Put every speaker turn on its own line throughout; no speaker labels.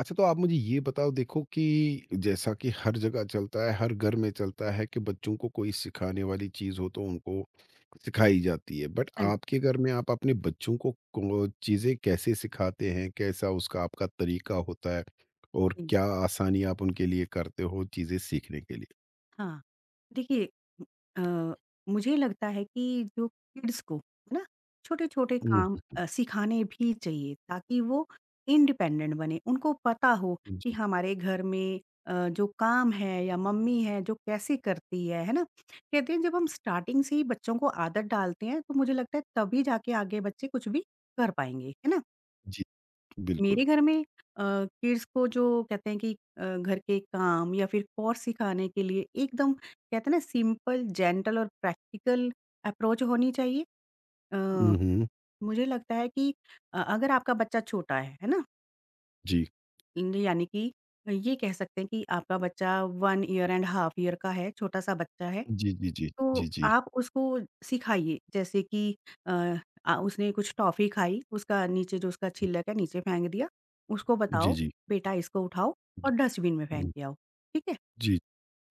अच्छा, तो आप मुझे ये बताओ, देखो कि जैसा कि हर जगह चलता है, हर घर में चलता है कि बच्चों को कोई सिखाने वाली चीज़ हो तो उनको सिखाई जाती है। बट
हाँ
आपके घर में आप अपने बच्चों को चीज़ें कैसे सिखाते हैं? कैसा उसका आपका तरीका होता है? और
जी,
क्या आसानी आप उनके लिए करते हो चीज़ें सीखने के लिए?
हाँ। देखिए अ, मुझे लगता है कि जो किड्स को, है ना, छोटे-छोटे
हुँ, हुँ,
काम
हुँ।
सिखाने भी चाहिए ताकि वो इंडिपेंडेंट बने। उनको पता हो कि
जी,
हमारे घर में जो काम है या मम्मी है जो कैसे करती है ना? कहते हैं जब हम स्टार्टिंग से ही बच्चों को आदत डालते हैं तो मुझे लगता है तभी जाके आगे बच्चे कुछ भी कर पाएँगे, है ना?
जी, बिल्कुल।
मेरे घर में अ, किड्स को जो कहते हैं कि घर के काम या फिर कोर्स सिखाने के लिए एकदम कहते हैं ना सिंपल, जेंटल और प्रैक्टिकल अप्रोच होनी चाहिए। अ,
हुँ, हुँ।
मुझे लगता है कि अगर आपका बच्चा छोटा है ना?
जी।
यानी कि ये कह सकते हैं कि आपका बच्चा 1 ईयर एंड हाफ ईयर का है, छोटा-सा बच्चा है।
जी, जी, जी।
तो
जी, जी।
आप उसको सिखाइए जैसे कि अ, उसने कुछ टॉफ़ी खाई, उसका नीचे जो उसका छिलक है नीचे फेंक दिया, उसको
जी,
बताओ
जी।
बेटा इसको उठाओ और डस्टबिन में फेंक
हुँ।
के आओ, ठीक है?
जी।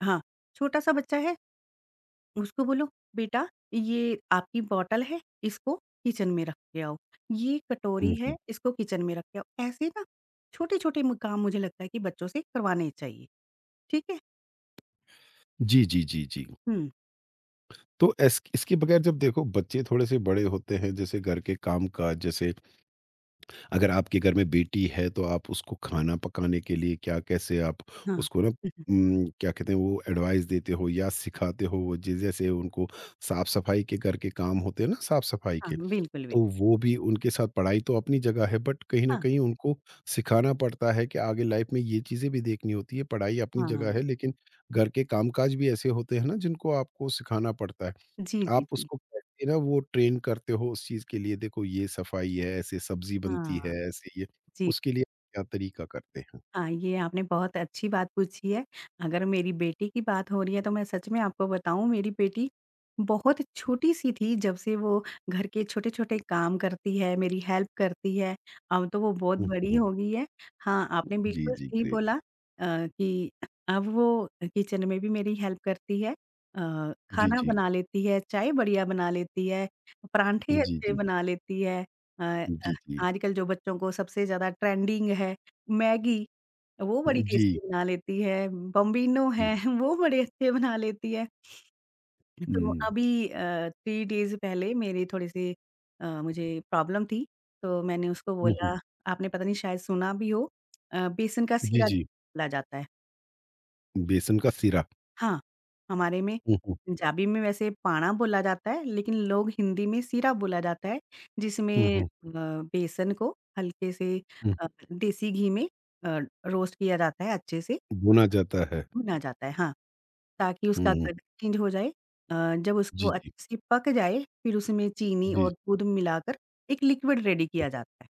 हाँ, छोटा-सा बच्चा है उसको बोलो बेटा ये आपकी बॉटल है, इसको किचन में रख के आओ, ये कटोरी
हुँ,
है
हुँ।
इसको किचन में रख के आओ। ऐसे ना छोटे-छोटे म काम मुझे लगता है कि बच्चों से करवाने चाहिए, ठीक है?
जी, जी, जी, जी।
हुँ,
तो एस इसके बगैर जब देखो बच्चे थोड़े-से बड़े होते हैं, जैसे घर के काम-काज, जैसे अगर आपके घर में बेटी है, तो आप उसको खाना पकाने के लिए क्या कैसे आप
हाँ।
उसको ना
हुँ, हुँ।
क्या कहते हैं वो एडवाइस देते हो या सिखाते हो, वो जिस जैसे उनको साफ-सफाई के घर के काम होते हैं ना साफ-सफाई
हाँ,
के,
बिल्कुल,
तो
बिल्कुल।
वो भी उनके साथ पढ़ाई तो अपनी जगह है, बट कहीं न
हाँ,
कहीं उनको सिखाना पड़ता है कि आगे लाइफ में ये चीज़ें भी देखनी होती है। पढ़ाई अपनी जगह है,
हाँ।
लेकिन घर के काम-काज भी ऐसे होते हैं ना जिनको आपको सिखाना पड़ता है।
जी, जी,
आप
जी।
उसको कैसे ना वो ट्रेन करते हो उस चीज़ के लिए, देखो ये सफाई है, ऐसे सब्ज़ी बनती
हाँ,
है, ऐसे ये
जी,
उसके लिए क्या तरीका करते हैं?
हाँ, ये आपने बहुत अच्छी बात पूछी है। अगर मेरी बेटी की बात हो रही है तो मैं सच में आपको बताऊँ मेरी बेटी बहुत छोटी-सी थी जब से वो घर के छोटे-छोटे काम करती है, मेरी हेल्प करती है। अब तो वो बहुत
हुँ,
बड़ी
हुँ,
हो गई है। हाँ, आपने
जी,
बिल्कुल
जी,
सही बोला
ग्रेट।
कि अब वो किचन में भी मेरी हेल्प करती है।
जी,
खाना
जी।
बना लेती है, चाय बढ़िया बना लेती है, परांठे
जी,
अच्छे
जी।
बना लेती है। अ अ,
जी, जी।
आजकल जो बच्चों को सबसे ज़्यादा ट्रेंडिंग है मैगी। वो बड़ी
जी,
टेस्टी बना लेती है, बॉम्बिनो
जी।
है वो बड़े अच्छे बना लेती है। तो
हुँ,
अभी 3 डेज़ पहले मेरे थोड़े-से मुझे प्रॉब्लम थी, तो मैंने उसको
हुँ, हुँ।
बोला आपने पता नहीं शायद सुना भी हो बेसन का
जी,
सीरा
जी।
बोला जाता है।
बेसन का सीरा।
हाँ, हमारे में
हुँ, हुँ,
पंजाबी में वैसे पाना बोला जाता है, लेकिन लोग हिंदी में सीरा बोला जाता है, जिसमें
हुँ,
अ,
हुँ,
बेसन को हल्के से
हुँ।
देसी घी में अ, रोस्ट किया जाता है अच्छे से
भुना जाता है।
भुना जाता है, हाँ। ताकि
हुँ,
उसका
हुँ।
कलर चेंज हो जाए। अ, जब उस वो
जी, जी।
अच्छे से पक जाए, फिर उसमें चीनी
जी।
और दूध मिलाकर एक लिक्विड रेडी किया जाता है।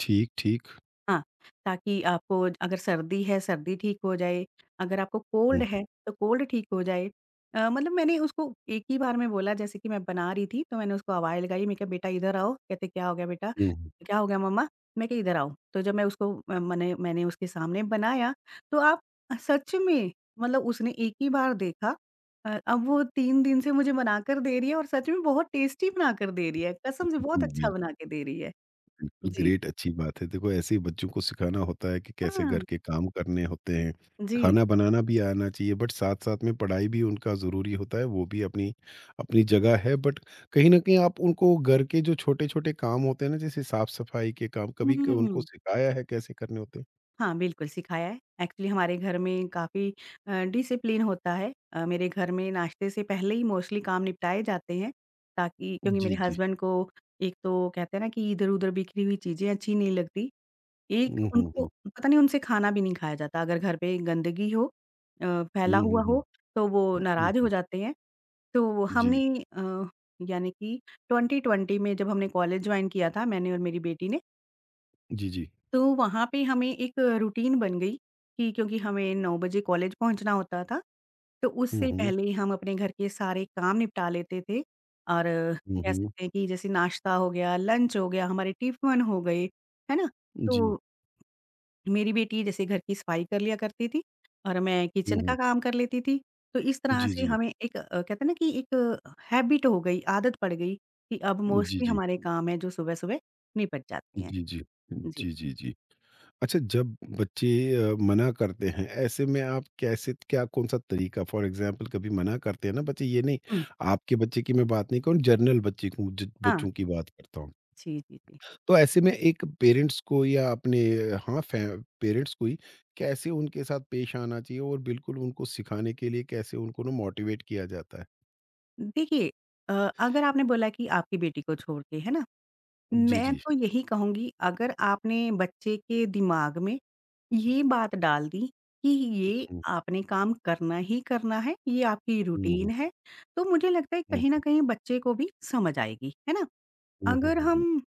ठीक, ठीक।
हाँ, ताकि आपको अगर सर्दी है, सर्दी ठीक हो जाए, अगर आपको कोल्ड
हुँ,
है, तो कोल्ड ठीक हो जाए। मतलब मैंने उसको एक ही बार में बोला जैसे कि मैं बना रही थी, तो मैंने उसको आवाज़ लगाई, मैंने कहा, "बेटा इधर आओ।" कहते, "क्या हो गया बेटा?
हुँ, हुँ, हुँ,
क्या हो गया मम्मा?" मैं कहा, "इधर आओ।" तो जब मैं उसको अ, मने मैंने उसके सामने बनाया, तो आप सच में मतलब उसने एक ही बार देखा अब वो 3 दिन से मुझे बना कर दे रही है और सच में बहुत टेस्टी बना कर दे रही है,
हुँ,
कसम से बहुत अच्छा
बिल्कुल।
बना के दे रही है।
बिल्कुल
जी।
ग्रेट, अच्छी बात है। देखो ऐसे ही बच्चों को सिखाना होता है कि कैसे घर
हाँ,
के काम करने होते हैं।
जी।
खाना बनाना भी आना चाहिए, बट साथ-साथ में पढ़ाई भी उनका ज़रूरी होता है, वो भी अपनी अपनी जगह है, बट कहीं न कहीं आप उनको घर के जो छोटे-छोटे काम होते हैं ना, जैसे साफ-सफाई के काम, कभी क उनको
हुँ।
सिखाया है कैसे करने होते हैं?
हाँ, बिल्कुल सिखाया है। एक्चुअली हमारे घर में काफ़ी डिसिप्लिन होता है। मेरे घर में नाश्ते से पहले ही मोस्टली काम निपटाए जाते हैं ताकि क्योंकि मेरे
जी, जी।
हस्बैंड को एक तो कहते हैं ना कि इधर-उधर बिखरी हुई चीज़ें अच्छी नहीं लगती। एक
हुँ, हुँ,
उनको
हुँ।
पता नहीं उनसे खाना भी नहीं खाया जाता। अगर घर पे गंदगी हो अ, फैला
हुँ,
हुआ
हुँ, हुँ।
हो तो वो
हुँ, हुँ,
नाराज़ हो
हुँ।
जाते हैं। तो
जी।
हमने अ, यानी कि 2020 में जब हमने कॉलेज जॉइन किया था मैंने और मेरी बेटी ने
जी, जी।
तो वहाँ पे हमें एक रूटीन बन गई कि क्योंकि हमें 9 बजे कॉलेज पहुँचना होता था, तो
हुँ,
उससे
हुँ।
पहले हम अपने घर के सारे काम निपटा लेते थे और
हुँ,
कह
हुँ।
सकते हैं कि जैसे नाश्ता हो गया, लंच हो गया, हमारे टिफ़िन हो गए, है ना? तो
जी।
मेरी बेटी जैसे घर की सफाई कर लिया करती थी और मैं
हुँ,
किचन का
हुँ।
काम कर लेती थी। तो इस तरह
जी,
से
जी।
हमें एक कहते हैं ना कि एक हैबिट हो गई, आदत पड़ गई कि अब
जी,
मोस्टली
जी।
हमारे काम हैं जो सुबह-सुबह निपट जाती हैं।
जी, जी।
जी।
जी, जी, जी। अच्छा, जब बच्चे मना करते हैं, ऐसे में आप कैसे, क्या, कौन सा तरीका, फॉर एग्जांपल कभी मना करते हैं ना बच्चे ये नहीं।
हुँ।
आपके बच्चे की मैं बात नहीं करूँ, जनरल बच्चे को
हाँ।
बच्चों की बात करता हूँ।
जी, जी, जी।
तो ऐसे में एक पेरेंट्स को या अपने हाँ, पेरेंट्स को ही कैसे उनके साथ पेश आना चाहिए और बिल्कुल उनको सिखाने के लिए कैसे उनको ना मोटिवेट किया जाता है?
देखिए अ, अगर आपने बोला कि आपकी बेटी को छोड़ के, है ना?
जी,
मैं
जी।
तो यही कहूँगी अगर आपने बच्चे के दिमाग में ये बात डाल दी कि ये
हम्म,
आपने काम करना ही करना है, ये आपकी
हम्म,
रूटीन
हम्म,
है, तो मुझे लगता है कहीं न
हम्म,
कहीं बच्चे को भी समझ आएगी, है ना?
हम्म,
अगर
हम्म, हम्म,
हम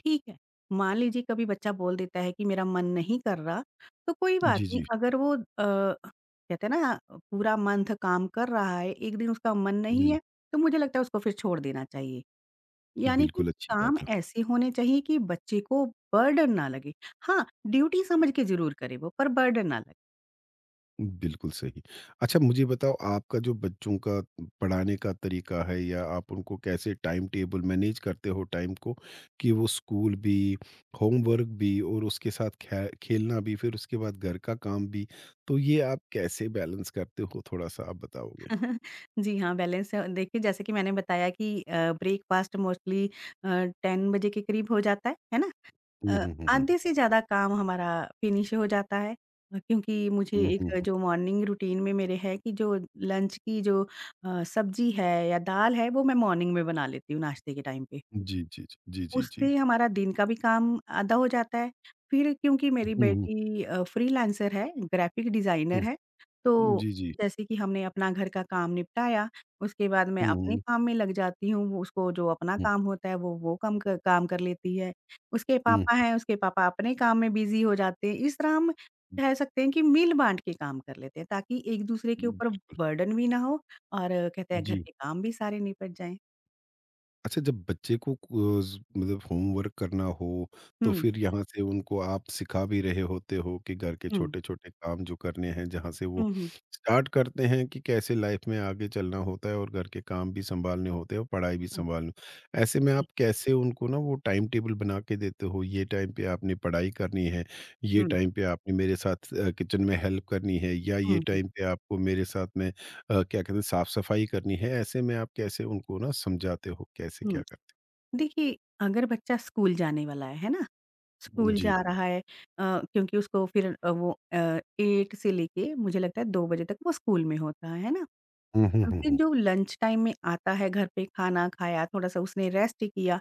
ठीक है। मान लीजिए कभी बच्चा बोल देता है कि मेरा मन नहीं कर रहा, तो कोई बात
जी,
नहीं
जी,
अगर वो कहते हैं ना पूरा मंथ काम कर रहा है, एक दिन उसका मन
जी।
नहीं
जी,
है, तो मुझे लगता है उसको फिर छोड़ देना चाहिए। यानी कि
बिल्कुल अच्छी
काम
बात है।
ऐसे होने चाहिए कि बच्चे को बर्डन ना लगे। हाँ, ड्यूटी समझ के ज़रूर करे वो पर बर्डन ना लगे।
बिल्कुल सही। अच्छा मुझे बताओ, आपका जो बच्चों का पढ़ाने का तरीका है या आप उनको कैसे टाइम टेबल मैनेज करते हो, टाइम को कि वो स्कूल भी, होमवर्क भी और उसके साथ खे खेलना भी, फिर उसके बाद घर का काम भी, तो ये आप कैसे बैलेंस करते हो, थोड़ा-सा आप बताओगे?
जी हाँ, बैलेंस देखिए जैसे कि मैंने बताया कि ब्रेकफ़ास्ट मोस्टली अ, 10 बजे के करीब हो जाता है ना?
हुँ,
अ,
हुँ, हुँ, हुँ।
आधे से ज़्यादा काम हमारा फिनिश हो जाता है क्योंकि मुझे
हुँ, हुँ,
एक
हुँ।
जो मॉर्निंग रूटीन में मेरे है कि जो लंच की जो सब्ज़ी है या दाल है, वो मैं मॉर्निंग में बना लेती हूँ नाश्ते के टाइम पे।
जी, जी, जी, जी, जी, जी।
उससे हमारा दिन का भी काम आधा हो जाता है। फिर क्योंकि
हुँ,
मेरी
हुँ,
बेटी फ्रीलांसर है, ग्राफ़िक डिज़ाइनर
हुँ।
है, तो
जी, जी।
जैसे कि हमने अपना घर का काम निपटाया, उसके बाद मैं
हुँ,
अपने
हुँ,
काम में लग जाती हूँ, वो उसको जो अपना
हुँ,
काम होता है वो कम क काम कर लेती है। उसके पापा
हुँ।
हैं, उसके पापा अपने काम में बिज़ी हो जाते हैं। इस तरह हम कह सकते हैं कि मिल-बाँट के काम कर लेते हैं ताकि एक-दूसरे के ऊपर
बिल्कुल।
बर्डन भी ना हो और कहते हैं घर
जी।
के काम भी सारे निपट जाएँ।
अच्छा जब बच्चे को ज़ मतलब होमवर्क करना हो, तो
हुँ,
फिर यहाँ से उनको आप सिखा भी रहे होते हो कि घर के
हुँ।
छोटे-छोटे काम जो करने हैं, जहाँ से वो
हुँ, हुँ।
स्टार्ट करते हैं कि कैसे लाइफ़ में आगे चलना होता है और घर के काम भी सँभालने होते हैं और पढ़ाई भी
हुँ,
सँभालनी। ऐसे में
हुँ,
आप कैसे उनको ना वो टाइम टेबल बना के देते हो, ये टाइम पे आपने पढ़ाई करनी है, ये
हुँ।
टाइम पे आपने मेरे साथ किचन में हेल्प करनी है, या
हुँ,
ये
हुँ,
टाइम पे आपको मेरे साथ में क्या कहते हैं, साफ सफाई करनी है, ऐसे में आप कैसे उनको ना समझाते हो? कैसे
हुँ।
क्या करते
देखिए, अगर बच्चा स्कूल जाने वाला है ना?
हो?
स्कूल
जी।
जा रहा है क्योंकि उसको फिर 8 से लेके मुझे लगता है 2 बजे तक वो स्कूल में होता है ना?
हुँ, हुँ,
और
हुँ,
फिर
हुँ।
जो लंच टाइम में आता है, घर पे खाना खाया, थोड़ा-सा उसने रेस्ट किया,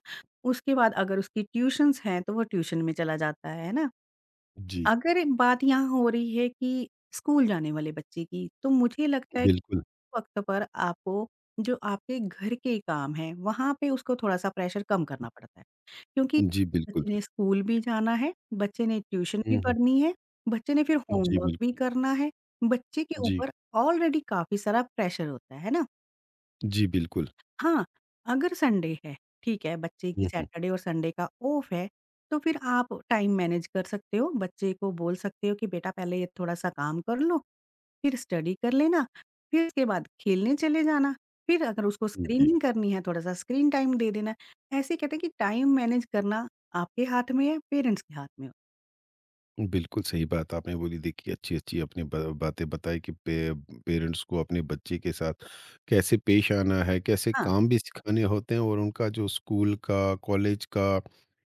उसके बाद अगर उसकी ट्यूशन्स हैं, तो वो ट्यूशन में चला जाता है ना?
जी,
अगर ये बात यहाँ हो रही है कि स्कूल जाने वाले बच्चे की, तो मुझे लगता है कि
बिल्कुल।
वक़्त पर आपको जो आपके घर के काम हैं, वहाँ पे उसको थोड़ा-सा प्रेशर कम करना पड़ता है। क्योंकि
जी, बिल्कुल।
बच्चे ने स्कूल भी जाना है, बच्चे ने ट्यूशन
हुँ,
भी
हुँ।
पढ़नी है, बच्चे ने फिर
जी,
होमवर्क भी
बिल्कुल।
करना है। बच्चे के
जी,
ऊपर ऑलरेडी काफ़ी सारा प्रेशर होता है ना?
जी, बिल्कुल।
हाँ, अगर संडे है, ठीक है, बच्चे की
हुँ, हुँ।
सैटरडे और संडे का ऑफ है, तो फिर आप टाइम मैनेज कर सकते हो। बच्चे को बोल सकते हो कि बेटा पहले ये थोड़ा-सा काम कर लो, फिर स्टडी कर लेना, फिर उसके बाद खेलने चले जाना, फिर अगर उसको
जी।
स्क्रीनिंग करनी है, थोड़ा-सा स्क्रीन टाइम दे देना। ऐसे कहते हैं कि टाइम मैनेज करना आपके हाथ में है, पेरेंट्स के हाथ में हो।
बिल्कुल सही बात आपने बोली। देखिए, अच्छी-अच्छी आपने ब बातें बताई कि पे पेरेंट्स को अपने बच्चे के साथ कैसे पेश आना है, कैसे
हाँ,
काम भी सिखाने होते हैं और उनका जो स्कूल का, कॉलेज का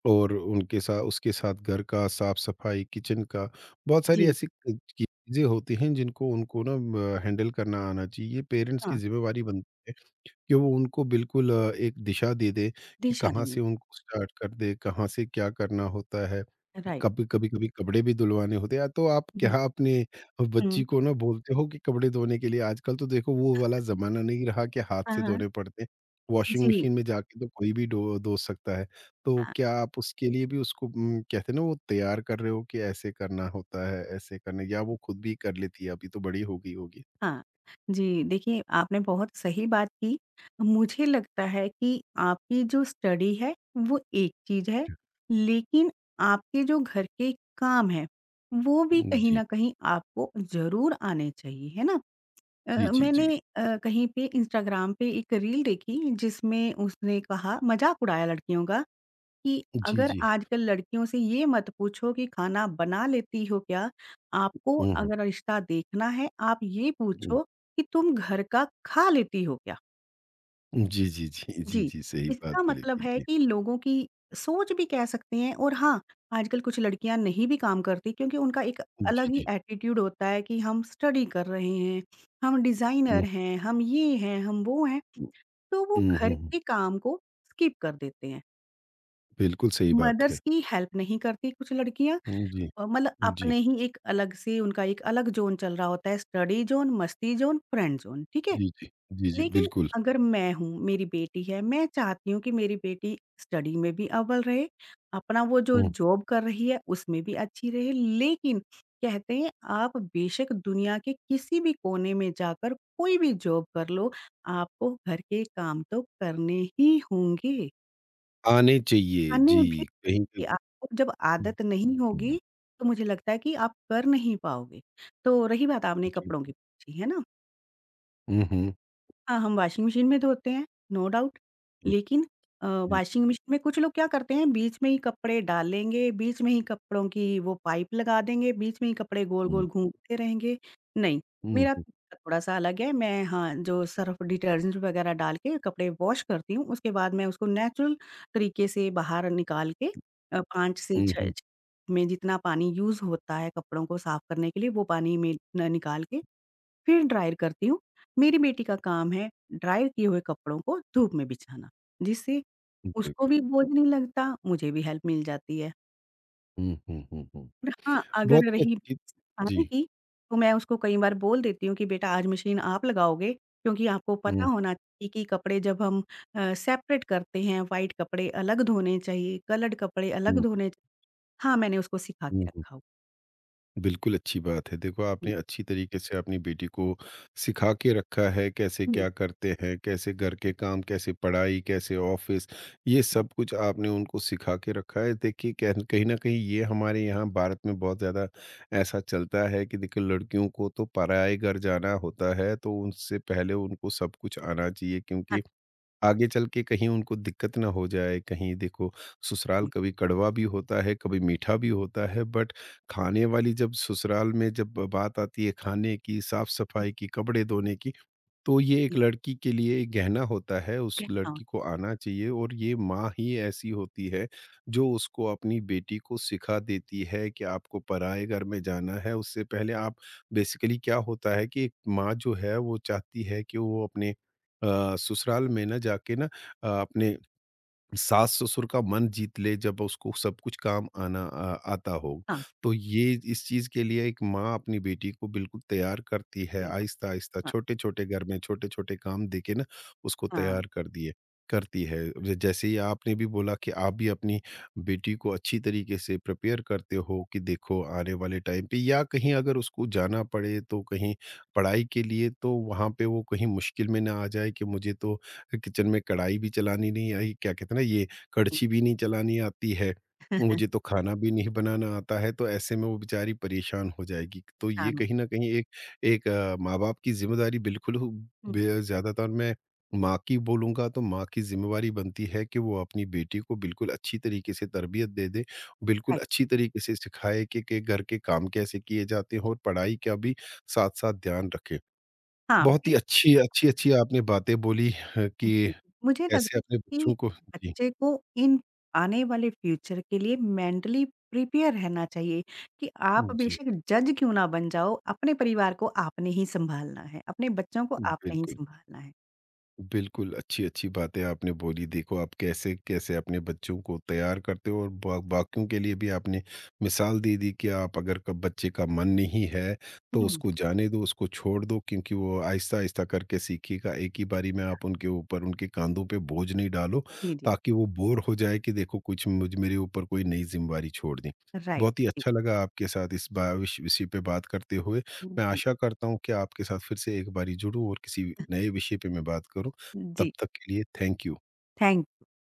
और उनके साथ उसके साथ घर का साफ-सफाई, किचन का, बहुत सारी
जी,
ऐसी चीज़ें होती हैं जिनको उनको ना हैंडल करना आना चाहिए। ये पेरेंट्स की
हाँ,
ज़िम्मेवारी बनती है कि वो उनको बिल्कुल एक दिशा दे दें, कि
दिशा
कहाँ
देनी।
से उनको स्टार्ट कर दें, कहाँ से क्या करना होता है।
राइट।
कभी कभी कभी कपड़े भी धुलवाने होते हैं, तो आप
हुँ, हुँ।
क्या अपने
हुँ।
बच्ची को ना बोलते हो कि कपड़े धोने के लिए? आजकल तो देखो वो वाला जमाना नहीं रहा कि हाथ
हाँ,
से
हाँ।
धोने पड़ते हैं,
जी।
वॉशिंग मशीन में जाके तो कोई भी धो धो सकता है। तो
हाँ।
क्या आप उसके लिए भी उसको कहते हैं ना वो तैयार कर रहे हो कि ऐसे करना होता है, ऐसे करने, या वो खुद भी कर लेती है, अभी तो बड़ी हो गई होगी।
हाँ, जी, देखिए आपने बहुत सही बात की। मुझे लगता है कि आपकी जो स्टडी है वो एक चीज़ है, लेकिन आपके जो घर के काम हैं, वो भी कहीं
जी,
न कहीं आपको ज़रूर आने चाहिए, है ना?
जी, जी, जी,
मैंने कहीं पे इंस्टाग्राम पे एक रील देखी जिसमें उसने कहा मज़ाक उड़ाया लड़कियों का कि
जी,
अगर
जी।
आजकल लड़कियों से ये मत पूछो कि खाना बना लेती हो क्या? आपको
हम्म, हम्म,
अगर रिश्ता देखना है, आप ये पूछो कि तुम घर का खा लेती हो क्या?
हम्म। जी, जी, जी, जी,
जी,
जी सही बात
इसका
बोली
मतलब
थी।
है
जी,
कि लोगों की सोच भी कह सकते हैं और हाँ, आजकल कुछ लड़कियाँ नहीं भी काम करती क्योंकि उनका एक अलग
जी,
ही
जी।
एटीट्यूड होता है कि हम स्टडी कर रहे हैं, हम
हम्म,
डिज़ाइनर हैं, हम ये हैं, हम वो हैं,
हम्म,
तो वो
हम्म,
घर
हम्म।
के काम को स्किप कर देते हैं।
बिल्कुल सही बात
मदर्स
है।
की हेल्प नहीं करती कुछ लड़कियाँ
हुँ, जी।
मतलब
जी।
अपने ही एक अलग से उनका एक अलग ज़ोन चल रहा होता है, स्टडी ज़ोन, मस्ती ज़ोन, फ्रेंड ज़ोन, ठीक है?
जी, जी। जी, जी,
लेकिन
बिल्कुल।
अगर मैं हूँ, मेरी बेटी है, मैं चाहती हूँ कि मेरी बेटी स्टडी में भी अव्वल रहे, अपना वो जो
हुँ।
जॉब कर रही है, उसमें भी अच्छी रहे। लेकिन कहते हैं, आप बेशक दुनिया के किसी भी कोने में जाकर कोई भी जॉब कर लो, आपको घर के काम तो करने ही होंगे।
आने चाहिए,
खाने भी
जी, कहीं पे।
कि आपको जब
हुँ,
आदत नहीं
हुँ,
होगी, तो मुझे लगता है कि आप कर नहीं पाओगे। तो रही बात आपने
जी।
कपड़ों की पूछी, है ना?
हुँ, हुँ।
हाँ, हम वॉशिंग मशीन में धोते हैं, नो डाउट।
जी,
लेकिन
जी।
वॉशिंग मशीन में कुछ लोग क्या करते हैं, बीच में ही कपड़े डालेंगे, बीच में ही कपड़ों की वो पाइप लगा देंगे, बीच में ही कपड़े
हुँ,
गोल-गोल घूमते रहेंगे। नहीं,
हुँ,
मेरा
हुँ।
तरीका थोड़ा-सा अलग है। मैं हाँ, जो सर्फ डिटर्जेंट वगैरह डाल के कपड़े वॉश करती हूँ, उसके बाद मैं उसको नेचुरल तरीके से बाहर निकाल के 5 से
हुँ,
6
हुँ,
छ में जितना पानी यूज़ होता है कपड़ों को साफ करने के लिए, वो पानी में न निकाल के फिर ड्रायर करती हूँ। मेरी बेटी का काम है ड्रायर किए हुए कपड़ों को धूप में बिछाना, जिससे
हुँ।
उसको
बिल्कुल।
भी बोझ नहीं लगता, मुझे भी हेल्प मिल जाती है।
हुँ, हुँ, हुँ, हुँ।
और हाँ,
बहुत
अगर
ही
रही
अच्छी।
खाने
जी।
की, तो मैं उसको कई बार बोल देती हूँ कि बेटा आज मशीन आप लगाओगे, क्योंकि आपको पता
हुँ,
होना चाहिए कि कपड़े जब हम सेपरेट करते हैं, व्हाइट कपड़े अलग धोने चाहिए, कलर्ड कपड़े अलग
हुँ,
धोने चा हाँ, मैंने उसको सिखा के
हुँ।
रखा हुआ
बिल्कुल, अच्छी बात है। देखो,
हुँ,
आपने अच्छी तरीके से अपनी बेटी को सिखा के रखा है, कैसे
हुँ, हुँ,
क्या करते हैं, कैसे घर के काम, कैसे पढ़ाई, कैसे ऑफ़िस, ये
हुँ,
सब कुछ आपने उनको सिखा के रखा है। देखिए, कह कहीं न कहीं ये हमारे यहाँ भारत में बहुत ज़्यादा ऐसा चलता है कि देखिए, लड़कियों को तो पराए घर जाना होता है, तो उनसे पहले उनको सब कुछ आना चाहिए,
हाँ
क्योंकि आगे चल के कहीं उनको दिक्कत ना हो जाए। कहीं देखो, ससुराल
जी।
कभी कड़वा भी होता है, कभी मीठा भी होता है, बट खाने वाली जब ससुराल में जब बात आती है, खाने की, साफ-सफाई की, कपड़े धोने की, तो ये एक लड़की के लिए एक गहना होता है, उस
हाँ, हाँ,
लड़की को आना चाहिए। और ये माँ ही ऐसी होती है, जो उसको अपनी बेटी को सिखा देती है कि आपको पराए घर में जाना है, उससे पहले आप बेसिकली क्या होता है कि एक माँ जो है, वो चाहती है कि वो अपने ससुराल में ना जाके ना अपने सास-ससुर का मन जीत ले, जब उसको सब कुछ काम आना आता हो।
हाँ,
तो ये इस चीज़ के लिए एक माँ अपनी बेटी को बिल्कुल तैयार करती है, आहिस्ता-आहिस्ता,
हाँ,
छोटे-छोटे घर में छोटे-छोटे काम देके ना उसको
हाँ।
तैयार कर दिए करती है। ज जैसे ही आपने भी बोला कि आप भी अपनी बेटी को अच्छी तरीके से प्रिपेयर करते हो कि देखो आने वाले टाइम पे, या कहीं अगर उसको जाना पड़े तो कहीं पढ़ाई के लिए, तो वहाँ पे वो कहीं मुश्किल में ना आ जाए कि मुझे तो किचन में कढ़ाई भी चलानी नहीं आई, क्या कहते हैं ना ये,
हाँ,
कड़छी भी नहीं चलानी आती है, मुझे तो खाना भी नहीं बनाना आता है, तो ऐसे में वो बेचारी परेशान हो जाएगी। तो ये
परेशान होते
कहीं न कहीं एक एक अ, माँ-बाप की ज़िम्मेदारी बिल्कुल हु
हुँ,
बे ज़्यादातर मैं माँ की बोलूँगा, तो माँ की ज़िम्मेवारी बनती है कि वो अपनी बेटी को बिल्कुल अच्छी तरीके से तरबियत दे दे, बिल्कुल
राइट।
अच्छी तरीके से सिखाए कि घर के काम कैसे किए जाते हैं और पढ़ाई का भी साथ-साथ ध्यान रखें।
हाँ,
बहुत ही
बिल्कुल,
अच्छी, अच्छी-अच्छी आपने बातें बोली कि
जी, जी। मुझे लग
कैसे अपने
कि
बच्चों को जी,
बच्चे को इन आने वाले फ्यूचर के लिए मेंटली प्रिपेयर रहना चाहिए कि आप
जी,
बेशक जज क्यों ना बन जाओ, अपने परिवार को आपने ही सँभालना है, अपने बच्चों को आपने ही
बिल्कुल,
सँभालना है।
बिल्कुल, अच्छी-अच्छी बातें आपने बोली। देखो, आप कैसे-कैसे अपने बच्चों को तैयार करते हो, और बा बाकियों के लिए भी आपने मिसाल दे दी कि आप अगर क बच्चे का मन नहीं है, तो
हुँ,
उसको जाने दो, उसको छोड़ दो, क्योंकि वो आहिस्ता-आहिस्ता करके सीखेगा। एक ही बारी में आप उनके ऊपर, उनके काँधों पे बोझ नहीं डालो,
जी, जी,
ताकि वो बोर हो जाए कि देखो कुछ मुझ मेरे ऊपर कोई नई ज़िम्मेवारी छोड़ दी।
राइट,
बहुत ही
जी,
अच्छा लगा आपके साथ इस बा विश विषय पे बात करते हुए। मैं
जी,
आशा करता हूँ कि आपके साथ फिर से एक बारी जुड़ूँ और किसी नए विषय पे मैं बात करूँ। तब
जी,
तक के लिए थैंक यू।
थैंक